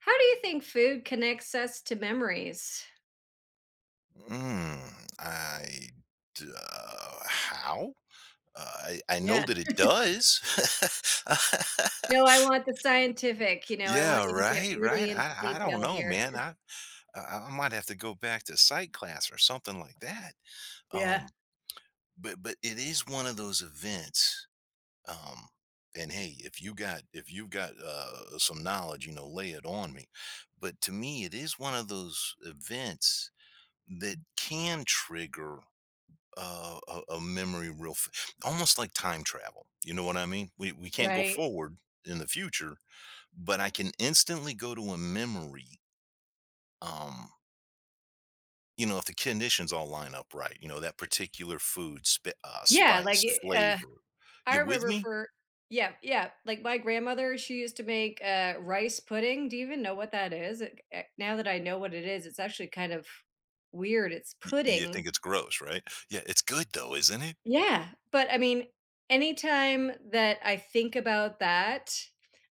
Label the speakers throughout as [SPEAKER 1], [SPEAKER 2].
[SPEAKER 1] How do you think food connects us to memories?
[SPEAKER 2] Mm, I how? I know
[SPEAKER 1] Yeah.
[SPEAKER 2] that it does.
[SPEAKER 1] No, I want the scientific, I
[SPEAKER 2] Yeah,
[SPEAKER 1] want you to get
[SPEAKER 2] right, right.
[SPEAKER 1] really into
[SPEAKER 2] I don't
[SPEAKER 1] detail
[SPEAKER 2] know,
[SPEAKER 1] here.
[SPEAKER 2] man. I might have to go back to psych class or something like that.
[SPEAKER 1] Yeah,
[SPEAKER 2] Um, but it is one of those events. Um, and hey, if you've got some knowledge, you know, lay it on me. But to me, it is one of those events that can trigger a memory almost like time travel, you know what I mean? We can't go
[SPEAKER 1] right.
[SPEAKER 2] forward in the future, but I can instantly go to a memory. um you know, if the conditions all line up right, you know, that particular food,
[SPEAKER 1] Yeah, like,
[SPEAKER 2] spice
[SPEAKER 1] uh,
[SPEAKER 2] flavor,
[SPEAKER 1] I
[SPEAKER 2] you with
[SPEAKER 1] remember
[SPEAKER 2] me?
[SPEAKER 1] for yeah, yeah, like, my grandmother, she used to make, rice pudding. Do you even know what that is? It eh, now that I know what it is, it's actually kind of weird. It's
[SPEAKER 2] You
[SPEAKER 1] pudding.
[SPEAKER 2] think it's gross, right? Yeah, it's good though, isn't it?
[SPEAKER 1] Yeah, but I mean, anytime that I think about that,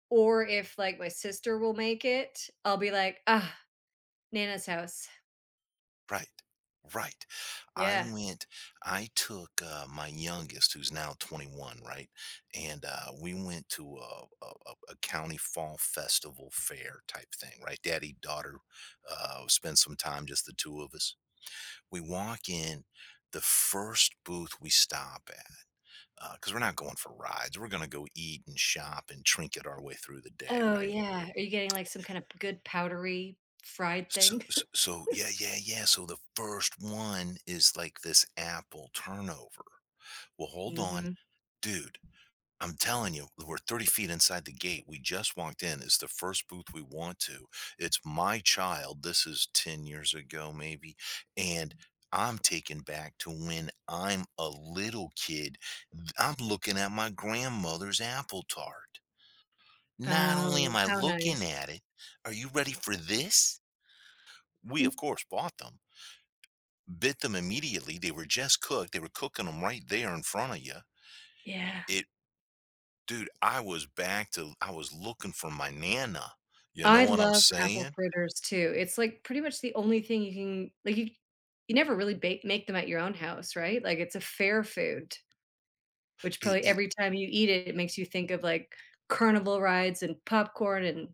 [SPEAKER 1] or if like my sister will make it, I'll be like, ah, Nana's house.
[SPEAKER 2] Right. Right. I
[SPEAKER 1] Yeah.
[SPEAKER 2] went I took, my youngest, who's now 21, right? And, we went to a county fall festival fair type thing, right? Daddy, daughter, spent some time, just the 2 of us. We walk in, the first booth we stop at, because 'cause we're not going for rides, we're gonna go eat and shop and trinket our way through the day,
[SPEAKER 1] Oh
[SPEAKER 2] right?
[SPEAKER 1] yeah. Are you getting like some kind of good powdery fried
[SPEAKER 2] So
[SPEAKER 1] thing?
[SPEAKER 2] s so So the first one is, like, this apple turnover. Well, hold on.
[SPEAKER 1] Hmm.
[SPEAKER 2] Dude, I'm telling you, we're 30 feet inside the gate. We just walked in. It's the first booth we want to. It's my child. This is 10 years ago, maybe. And I'm taken back to when I'm a little kid. I'm looking at my grandmother's apple tart. Not only
[SPEAKER 1] Oh,
[SPEAKER 2] am I
[SPEAKER 1] how
[SPEAKER 2] looking
[SPEAKER 1] nice.
[SPEAKER 2] at it, are you ready for this? We,
[SPEAKER 1] Mm.
[SPEAKER 2] of course, bought them, bit them immediately. They were just cooked, they were cooking them right there in front of you.
[SPEAKER 1] Yeah.
[SPEAKER 2] It Dude, I was looking for my nana, you know
[SPEAKER 1] I
[SPEAKER 2] what I'm
[SPEAKER 1] love apple
[SPEAKER 2] saying?
[SPEAKER 1] fritters too. It's like pretty much the only thing you can like you never really bake make them at your own house, right? Like it's a fair food. Which
[SPEAKER 2] It
[SPEAKER 1] probably
[SPEAKER 2] it
[SPEAKER 1] every time you eat it, it makes you think of, like, carnival rides and popcorn and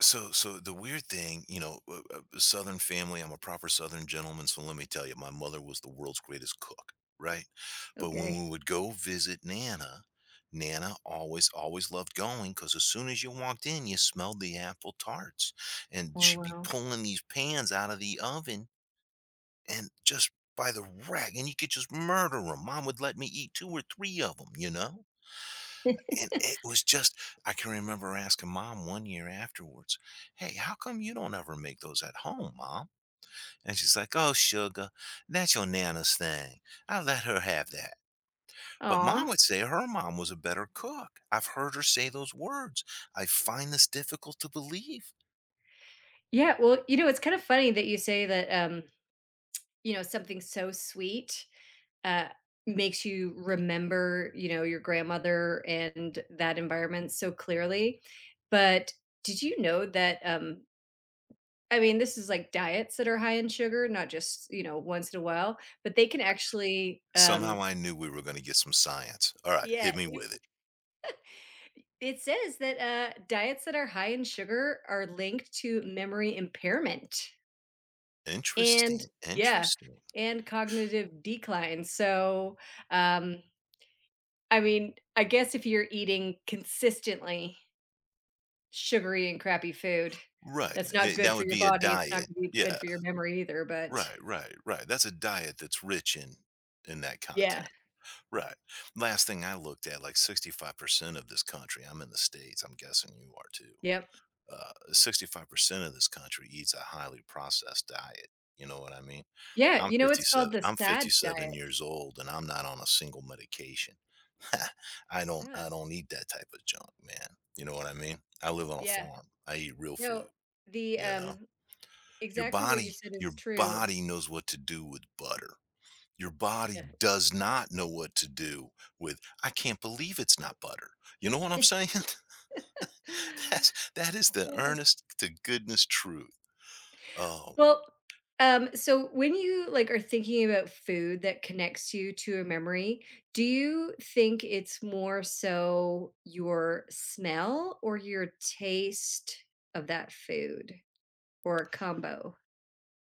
[SPEAKER 2] The weird thing, you know, Southern family, I'm a proper Southern gentleman, so let me tell you, my mother was the world's greatest cook, right? But when we
[SPEAKER 1] okay.
[SPEAKER 2] would go visit nana, nana always, always loved going, 'cause as soon as you walked in, you smelled the apple tarts, and
[SPEAKER 1] Oh,
[SPEAKER 2] she'd be
[SPEAKER 1] wow.
[SPEAKER 2] pulling these pans out of the oven. And just by the rack, and you could just murder 'em. Mom would let me eat 2 or 3 of 'em, you know? And it was just I can remember asking mom one year afterwards, "Hey, how come you don't ever make those at home, mom?" And she's like, "Oh, sugar, that's your Nana's thing. I let her have that." But
[SPEAKER 1] Aw.
[SPEAKER 2] mom would say her mom was a better cook. I've heard her say those words. I find this difficult to believe.
[SPEAKER 1] Yeah, well, you know, it's kind of funny that you say that, you know, something so sweet, uh, makes you remember, you know, your grandmother and that environment so clearly, but did you know that, I mean, this is, like, diets that are high in sugar, not just, you know, once in a while, but they can actually,
[SPEAKER 2] Somehow I knew we were gonna get some science. Alright, hit
[SPEAKER 1] Yeah.
[SPEAKER 2] me with it.
[SPEAKER 1] It says that, diets that are high in sugar are linked to memory impairment and
[SPEAKER 2] Interesting,
[SPEAKER 1] yeah,
[SPEAKER 2] interesting.
[SPEAKER 1] and cognitive decline. So, um, I mean, I guess if you're eating consistently sugary and crappy food,
[SPEAKER 2] Right,
[SPEAKER 1] that's not
[SPEAKER 2] eh,
[SPEAKER 1] good
[SPEAKER 2] that
[SPEAKER 1] for
[SPEAKER 2] would
[SPEAKER 1] your
[SPEAKER 2] be a
[SPEAKER 1] body. It's not
[SPEAKER 2] diet.
[SPEAKER 1] gonna be
[SPEAKER 2] Yeah,
[SPEAKER 1] good for your memory either, but
[SPEAKER 2] right, right, right, that's a diet that's rich in that
[SPEAKER 1] yeah.
[SPEAKER 2] content. Right. Last thing I looked at, like 65% of this country. I'm in the States, I'm guessing you are too.
[SPEAKER 1] Yep.
[SPEAKER 2] 65% of this country eats a highly processed diet, you know what I mean?
[SPEAKER 1] Yeah,
[SPEAKER 2] I'm
[SPEAKER 1] you know, it's
[SPEAKER 2] 57
[SPEAKER 1] called the
[SPEAKER 2] I'm
[SPEAKER 1] SAD
[SPEAKER 2] 57
[SPEAKER 1] diet.
[SPEAKER 2] years old, and I'm not on a single medication.
[SPEAKER 1] Yeah.
[SPEAKER 2] I don't eat that type of junk, man, you know what I mean? I live on a
[SPEAKER 1] Yeah.
[SPEAKER 2] farm, I eat real
[SPEAKER 1] No,
[SPEAKER 2] food,
[SPEAKER 1] the,
[SPEAKER 2] you know?
[SPEAKER 1] um exactly what you said is
[SPEAKER 2] Your
[SPEAKER 1] true.
[SPEAKER 2] body knows what to do with butter. Your body does not know what to do with, "I can't believe it's not butter." You know what I'm saying?
[SPEAKER 1] Yeah.
[SPEAKER 2] That is the
[SPEAKER 1] Uh,
[SPEAKER 2] earnest to goodness truth. Oh,
[SPEAKER 1] well, so when you like are thinking about food that connects you to a memory, do you think it's more so your smell or your taste of that food or a combo?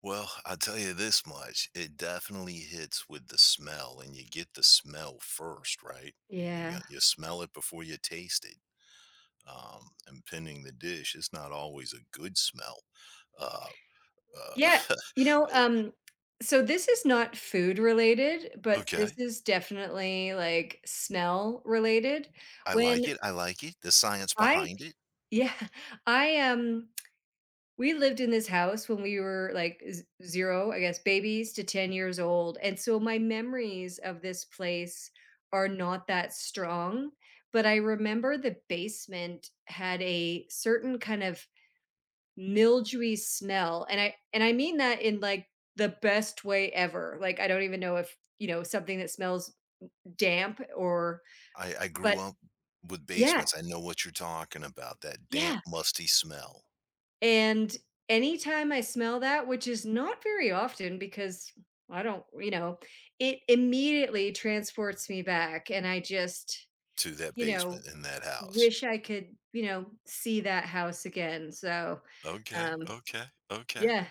[SPEAKER 2] well, I'll tell you this much, it definitely hits with the smell, and you get the smell first, right?
[SPEAKER 1] Yeah.
[SPEAKER 2] You smell it before you taste it. And pending the dish, it's not always a good smell. Uh,
[SPEAKER 1] Yeah.
[SPEAKER 2] uh,
[SPEAKER 1] You know, so this is not food related, but this
[SPEAKER 2] okay.
[SPEAKER 1] is definitely like smell related. When
[SPEAKER 2] I like it, the science
[SPEAKER 1] I,
[SPEAKER 2] behind it.
[SPEAKER 1] yeah, I we lived in this house when we were like 0, I guess, babies to 10 years old. And so my memories of this place are not that strong, but I remember the basement had a certain kind of mildewy smell. And I mean that in like the best way ever. Like I don't even know if, you know, something that smells damp or
[SPEAKER 2] I
[SPEAKER 1] but
[SPEAKER 2] grew up with
[SPEAKER 1] yeah.
[SPEAKER 2] basements, I know what you're talking about, that damp,
[SPEAKER 1] Yeah.
[SPEAKER 2] musty smell
[SPEAKER 1] And anytime I smell that, which is not very often because I don't, you know, it immediately transports me back. And I just,
[SPEAKER 2] to that
[SPEAKER 1] you know,
[SPEAKER 2] basement in that house.
[SPEAKER 1] wish I could, you know, see that house again. So,
[SPEAKER 2] Okay,
[SPEAKER 1] um,
[SPEAKER 2] okay, okay.
[SPEAKER 1] yeah,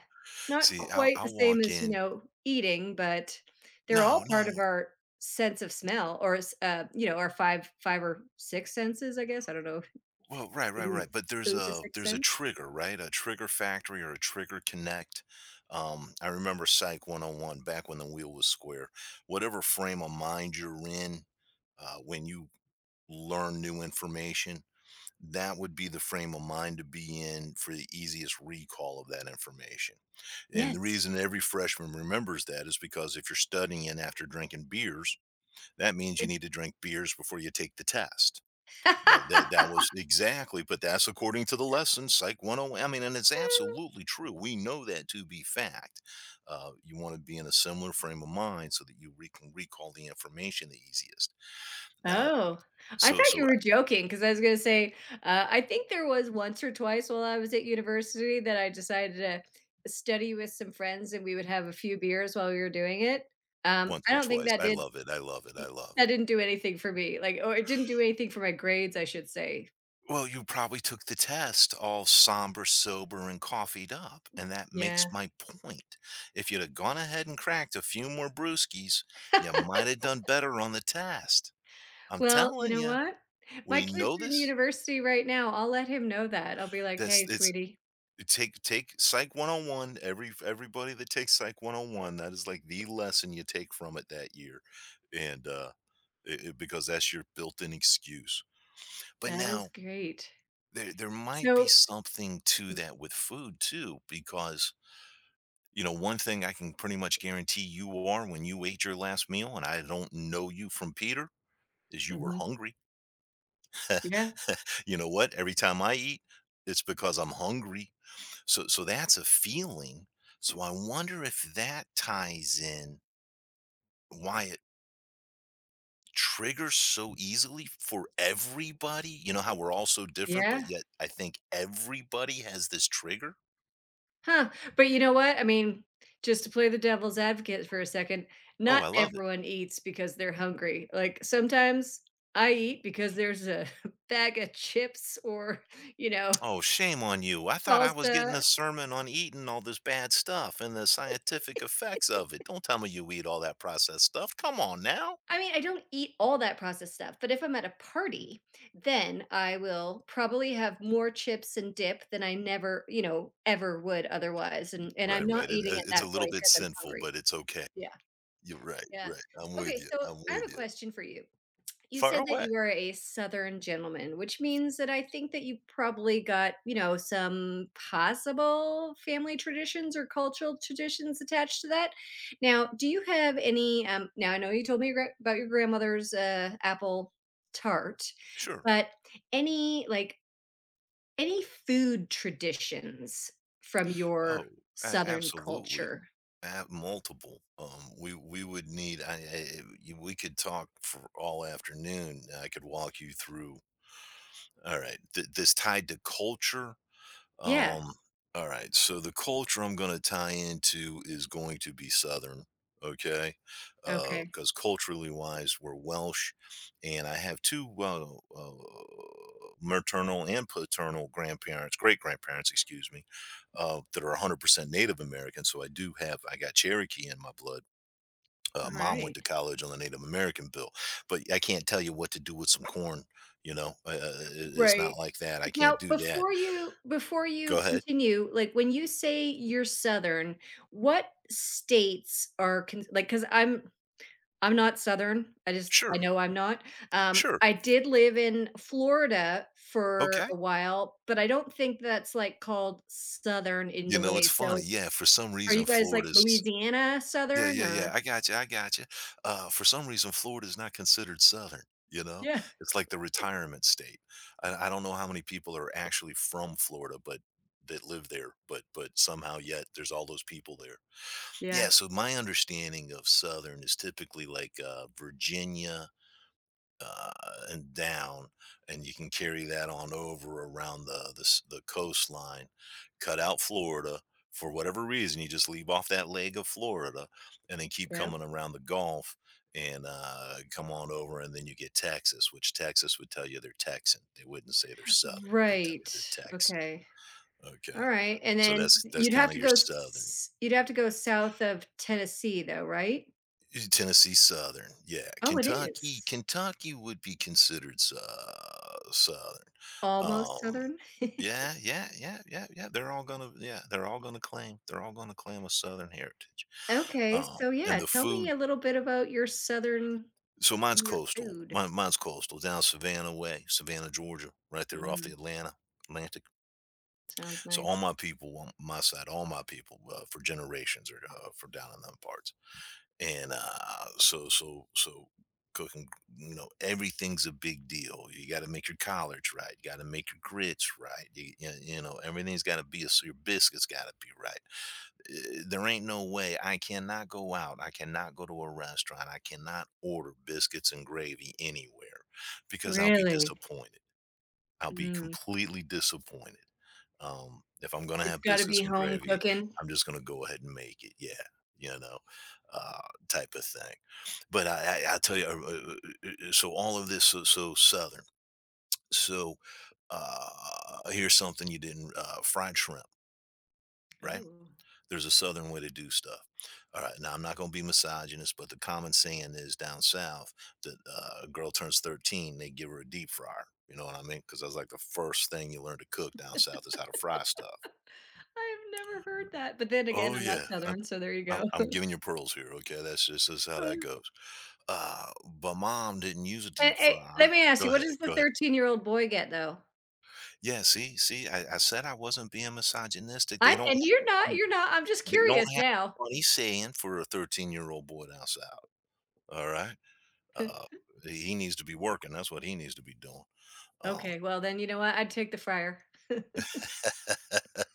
[SPEAKER 1] not
[SPEAKER 2] See,
[SPEAKER 1] quite the
[SPEAKER 2] I'll
[SPEAKER 1] same
[SPEAKER 2] walk
[SPEAKER 1] as, you
[SPEAKER 2] in
[SPEAKER 1] know, eating, but they're all
[SPEAKER 2] No,
[SPEAKER 1] part of
[SPEAKER 2] no.
[SPEAKER 1] our sense of smell or, you know, our five, five or six senses, I guess. I don't know
[SPEAKER 2] Well, right, right,
[SPEAKER 1] if
[SPEAKER 2] right, but there's
[SPEAKER 1] the
[SPEAKER 2] a
[SPEAKER 1] sixth sense.
[SPEAKER 2] trigger, right? A trigger factory or a trigger connect. I remember Psych 101 back when the wheel was square. Whatever frame of mind you're in, when you learn new information, that would be the frame of mind to be in for the easiest recall of that information. And the
[SPEAKER 1] Yes.
[SPEAKER 2] reason every freshman remembers that is because if you're studying in after drinking beers, that means you need to drink beers before you take the test. That was exactly, but that's according to the lesson, Psych 101. I mean, and it's absolutely true. We know that to be fact. You want to be in a similar frame of mind so that can recall the information the easiest. Now,
[SPEAKER 1] Oh, I
[SPEAKER 2] so
[SPEAKER 1] thought you
[SPEAKER 2] so
[SPEAKER 1] were joking because I was gonna say, I think there was once or twice while I was at university that I decided to study with some friends and we would have a few beers while we were doing it.
[SPEAKER 2] once
[SPEAKER 1] I
[SPEAKER 2] or
[SPEAKER 1] don't think
[SPEAKER 2] twice,
[SPEAKER 1] that
[SPEAKER 2] I
[SPEAKER 1] did
[SPEAKER 2] love it. I love it. I love
[SPEAKER 1] that
[SPEAKER 2] it.
[SPEAKER 1] didn't do anything for me, like, or it didn't do anything for my grades, I should say.
[SPEAKER 2] Well, you probably took the test all somber, sober, and coffeeed up, and that
[SPEAKER 1] Yeah.
[SPEAKER 2] makes my point. If you'd have gone ahead and cracked a few more brewskis, you might have done better on the test. I'm
[SPEAKER 1] Well, you
[SPEAKER 2] telling
[SPEAKER 1] know
[SPEAKER 2] you,
[SPEAKER 1] what? My
[SPEAKER 2] we
[SPEAKER 1] kid's
[SPEAKER 2] know
[SPEAKER 1] in
[SPEAKER 2] this.
[SPEAKER 1] university right now. I'll let him know that. I'll be like,
[SPEAKER 2] This
[SPEAKER 1] "Hey,
[SPEAKER 2] it's
[SPEAKER 1] sweetie,
[SPEAKER 2] Take Psych 101. Everybody that takes Psych 101, that is like the lesson you take from it that year, and because that's your built-in excuse. But
[SPEAKER 1] that is
[SPEAKER 2] now
[SPEAKER 1] great."
[SPEAKER 2] there might be
[SPEAKER 1] So
[SPEAKER 2] something to that with food too, because, you know, one thing I can pretty much guarantee you are when you ate your last meal, and I don't know you from Peter, is you were
[SPEAKER 1] mhm.
[SPEAKER 2] hungry.
[SPEAKER 1] Yeah.
[SPEAKER 2] You know what? Every time I eat, it's because I'm hungry. That's a feeling. So I wonder if that ties in why it triggers so easily for everybody. You know how we're all so different, but
[SPEAKER 1] Yeah.
[SPEAKER 2] yet I think everybody has this trigger?
[SPEAKER 1] Huh, but you know what? I mean, just to play the devil's advocate for a second,
[SPEAKER 2] Oh,
[SPEAKER 1] not
[SPEAKER 2] I love it.
[SPEAKER 1] everyone eats because they're hungry. Like, sometimes I eat because there's a bag of chips or, you know,
[SPEAKER 2] Oh, shame on you. I thought I was getting
[SPEAKER 1] salsa.
[SPEAKER 2] a sermon on eating all this bad stuff and the scientific effects of it. Don't tell me you eat all that processed stuff. Come on now.
[SPEAKER 1] I mean, I don't eat all that processed stuff, but if I'm at a party, then I will probably have more chips and dip than I never, you know, ever would otherwise, and I'm
[SPEAKER 2] Right,
[SPEAKER 1] not
[SPEAKER 2] right.
[SPEAKER 1] eating at
[SPEAKER 2] It's
[SPEAKER 1] that
[SPEAKER 2] a little
[SPEAKER 1] point
[SPEAKER 2] bit
[SPEAKER 1] because 'cause I'm
[SPEAKER 2] sinful,
[SPEAKER 1] hungry.
[SPEAKER 2] but it's okay.
[SPEAKER 1] Yeah,
[SPEAKER 2] You're Right,
[SPEAKER 1] yeah.
[SPEAKER 2] right. I'm with
[SPEAKER 1] Okay,
[SPEAKER 2] you.
[SPEAKER 1] so
[SPEAKER 2] I'm
[SPEAKER 1] I have
[SPEAKER 2] with
[SPEAKER 1] a
[SPEAKER 2] you.
[SPEAKER 1] question for you. You
[SPEAKER 2] Far
[SPEAKER 1] said that
[SPEAKER 2] away.
[SPEAKER 1] you were a Southern gentleman, which means that I think that you probably got, you know, some possible family traditions or cultural traditions attached to that. Now, do you have any? Now, I know you told me about your grandmother's apple tart,
[SPEAKER 2] Sure.
[SPEAKER 1] but any like any food traditions from your
[SPEAKER 2] Oh,
[SPEAKER 1] Southern
[SPEAKER 2] absolutely.
[SPEAKER 1] culture?
[SPEAKER 2] Multiple. We would need. I you- We could talk for all afternoon. I could walk you through. All right, this tied to culture.
[SPEAKER 1] Yeah.
[SPEAKER 2] Um, all right. so the culture I'm going to tie into is going to be Southern. Okay.
[SPEAKER 1] Okay.
[SPEAKER 2] Because culturally wise, we're Welsh. And I have two uh, maternal and paternal grandparents, great grandparents, excuse me, that are 100% Native American. So I do have, I got Cherokee in my blood.
[SPEAKER 1] All
[SPEAKER 2] Mom went
[SPEAKER 1] right.
[SPEAKER 2] to college on the Native American bill, but I can't tell you what to do with some corn. You know, it's
[SPEAKER 1] Right.
[SPEAKER 2] not like that. I can't
[SPEAKER 1] Now,
[SPEAKER 2] do that.
[SPEAKER 1] before you
[SPEAKER 2] Go ahead.
[SPEAKER 1] continue, like, when you say you're Southern, what states are con like? Because I 'cause I'm not Southern, I just I
[SPEAKER 2] Sure.
[SPEAKER 1] know I'm not,
[SPEAKER 2] Sure.
[SPEAKER 1] I did live in Florida for
[SPEAKER 2] Okay.
[SPEAKER 1] a while, but I don't think that's, like, called Southern in
[SPEAKER 2] You
[SPEAKER 1] the
[SPEAKER 2] know,
[SPEAKER 1] way,
[SPEAKER 2] it's
[SPEAKER 1] so
[SPEAKER 2] funny. Yeah, for some
[SPEAKER 1] are
[SPEAKER 2] reason,
[SPEAKER 1] you guys, like,
[SPEAKER 2] Florida's
[SPEAKER 1] Louisiana
[SPEAKER 2] Yeah,
[SPEAKER 1] Southern
[SPEAKER 2] yeah, yeah.
[SPEAKER 1] or
[SPEAKER 2] I got you. I got you. For some reason, Florida's not considered Southern. You know,
[SPEAKER 1] yeah,
[SPEAKER 2] it's like the retirement state. I don't know how many people are actually from Florida, but that live there. But somehow yet, there's all those people there.
[SPEAKER 1] yeah,
[SPEAKER 2] Yeah. So my understanding of Southern is typically like Virginia, uh, and down, and you can carry that on over around the coastline. Cut out Florida for whatever reason. You just leave off that leg of Florida, and then keep
[SPEAKER 1] yep.
[SPEAKER 2] coming around the Gulf and come on over, and then you get Texas, which Texas would tell you they're Texan. They wouldn't say they're Southern. They tell you they're
[SPEAKER 1] Right,
[SPEAKER 2] Texan.
[SPEAKER 1] okay. All
[SPEAKER 2] Okay,
[SPEAKER 1] right, and
[SPEAKER 2] so
[SPEAKER 1] then
[SPEAKER 2] that's
[SPEAKER 1] you'd have
[SPEAKER 2] kind of
[SPEAKER 1] to
[SPEAKER 2] your
[SPEAKER 1] go
[SPEAKER 2] Southern.
[SPEAKER 1] s you'd have to go south of Tennessee though, right?
[SPEAKER 2] Tennessee Southern, yeah.
[SPEAKER 1] Oh, it is.
[SPEAKER 2] Kentucky would be considered Southern.
[SPEAKER 1] Almost
[SPEAKER 2] Um,
[SPEAKER 1] southern?
[SPEAKER 2] yeah, they're all gonna claim a Southern heritage.
[SPEAKER 1] Okay, so
[SPEAKER 2] And
[SPEAKER 1] yeah,
[SPEAKER 2] the
[SPEAKER 1] tell me
[SPEAKER 2] food,
[SPEAKER 1] a little bit about your southern
[SPEAKER 2] so mine's
[SPEAKER 1] your
[SPEAKER 2] coastal.
[SPEAKER 1] food.
[SPEAKER 2] Mine's coastal, down Savannah way, Savannah, Georgia, right there off the
[SPEAKER 1] Mm,
[SPEAKER 2] Atlanta Atlantic.
[SPEAKER 1] sounds
[SPEAKER 2] So all
[SPEAKER 1] nice.
[SPEAKER 2] my people on my side, all my people, for generations are, from down in them parts. And so so so Cooking, you know, everything's a big deal. You got to make your collards right, you got to make your grits right. you know, everything's got to be so your biscuits got to be right. There ain't no way I cannot go to a restaurant I cannot order biscuits and gravy anywhere because I'll be
[SPEAKER 1] Really?
[SPEAKER 2] disappointed. I'll be
[SPEAKER 1] Mm,
[SPEAKER 2] completely disappointed. If I'm gonna
[SPEAKER 1] it's
[SPEAKER 2] have
[SPEAKER 1] gotta
[SPEAKER 2] biscuits
[SPEAKER 1] be
[SPEAKER 2] and
[SPEAKER 1] home
[SPEAKER 2] gravy,
[SPEAKER 1] cooking?
[SPEAKER 2] I'm just gonna go ahead and make it. Yeah, you know, uh, type of thing. But I tell you, so all of this, so, so southern. So uh, Here's something you didn't: fried shrimp, right?
[SPEAKER 1] Oh,
[SPEAKER 2] There's a southern way to do stuff. All right. Now I'm not going to be misogynist, but the common saying is down south that a girl turns 13, they give her a deep fryer. You know what I mean? Because that's like the first thing you learn to cook down south is how to fry stuff.
[SPEAKER 1] I've never heard that, but then again,
[SPEAKER 2] Oh
[SPEAKER 1] I'm not
[SPEAKER 2] yeah,
[SPEAKER 1] southern, so there you go.
[SPEAKER 2] I'm giving you pearls here. Okay, that's how that
[SPEAKER 1] Um,
[SPEAKER 2] goes. But mom didn't use a
[SPEAKER 1] and,
[SPEAKER 2] deep
[SPEAKER 1] eh, let
[SPEAKER 2] fryer.
[SPEAKER 1] me ask
[SPEAKER 2] Go
[SPEAKER 1] you, what
[SPEAKER 2] ahead,
[SPEAKER 1] does the
[SPEAKER 2] go ahead.
[SPEAKER 1] 13-year-old boy get though?
[SPEAKER 2] Yeah, see, I said I wasn't being misogynistic.
[SPEAKER 1] I and
[SPEAKER 2] Funny,
[SPEAKER 1] you're not I'm just
[SPEAKER 2] they don't
[SPEAKER 1] curious
[SPEAKER 2] have
[SPEAKER 1] now.
[SPEAKER 2] funny saying for a 13-year-old boy down south. All right. Uh, he needs to be working. That's what he needs to be doing. Um,
[SPEAKER 1] Okay, well, then you know what? I'd take the fryer.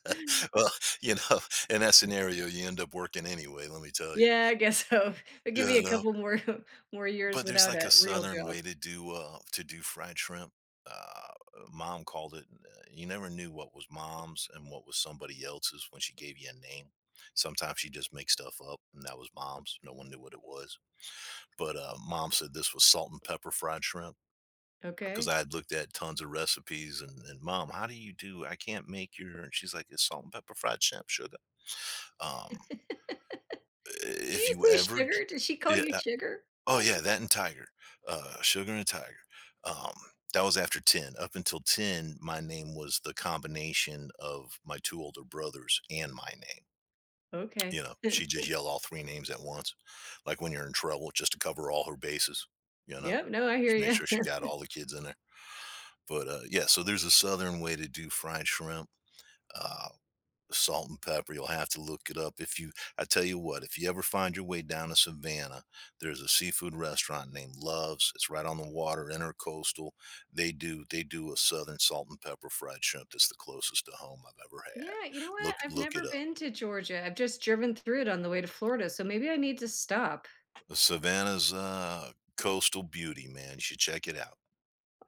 [SPEAKER 2] well, you know, in that scenario, you end up working anyway. Let me tell you,
[SPEAKER 1] Yeah, I guess so. But give me
[SPEAKER 2] you
[SPEAKER 1] a
[SPEAKER 2] know.
[SPEAKER 1] couple more more years
[SPEAKER 2] But there's
[SPEAKER 1] without
[SPEAKER 2] like a
[SPEAKER 1] a real
[SPEAKER 2] southern
[SPEAKER 1] job,
[SPEAKER 2] way to do fried shrimp. Uh, Mom called it, you never knew what was mom's and what was somebody else's when she gave you a name. Sometimes she just makes stuff up, and that was mom's. No one knew what it was. But mom said this was salt and pepper fried shrimp, because
[SPEAKER 1] okay?
[SPEAKER 2] I had looked at tons of recipes and mom, how do you do? I can't make your. And she's like, it's salt and pepper fried shrimp, sugar. Um,
[SPEAKER 1] Did
[SPEAKER 2] if
[SPEAKER 1] you
[SPEAKER 2] you
[SPEAKER 1] say
[SPEAKER 2] ever,
[SPEAKER 1] sugar? Did she call
[SPEAKER 2] yeah,
[SPEAKER 1] you
[SPEAKER 2] uh,
[SPEAKER 1] sugar?
[SPEAKER 2] oh
[SPEAKER 1] Oh,
[SPEAKER 2] yeah, that and tiger, sugar and tiger. Um, that was after ten. Up until ten, my name was the combination of my two older brothers and my name.
[SPEAKER 1] okay.
[SPEAKER 2] You know, she just yelled all three names at once, like when you're in trouble, just to cover all her bases. You know,
[SPEAKER 1] Yep, no, I hear
[SPEAKER 2] just made
[SPEAKER 1] you.
[SPEAKER 2] sure she got all the kids in there. But, yeah, so there's a southern way to do fried shrimp, uh, salt and pepper, you'll have to look it up if you. I tell you what, if you ever find your way down to Savannah, there's a seafood restaurant named Love's, it's right on the water, intercoastal, they do a southern salt and pepper fried shrimp that's the closest to home I've ever had.
[SPEAKER 1] Yeah, you know what? I've
[SPEAKER 2] Look it
[SPEAKER 1] never
[SPEAKER 2] up.
[SPEAKER 1] been to Georgia. I've just driven through it on the way to Florida, so maybe I need to stop.
[SPEAKER 2] Savannah's, coastal beauty, man, you should check it out.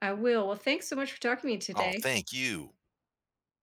[SPEAKER 1] I will. Well, thanks so much for talking to me
[SPEAKER 2] Oh,
[SPEAKER 1] today.
[SPEAKER 2] thank you.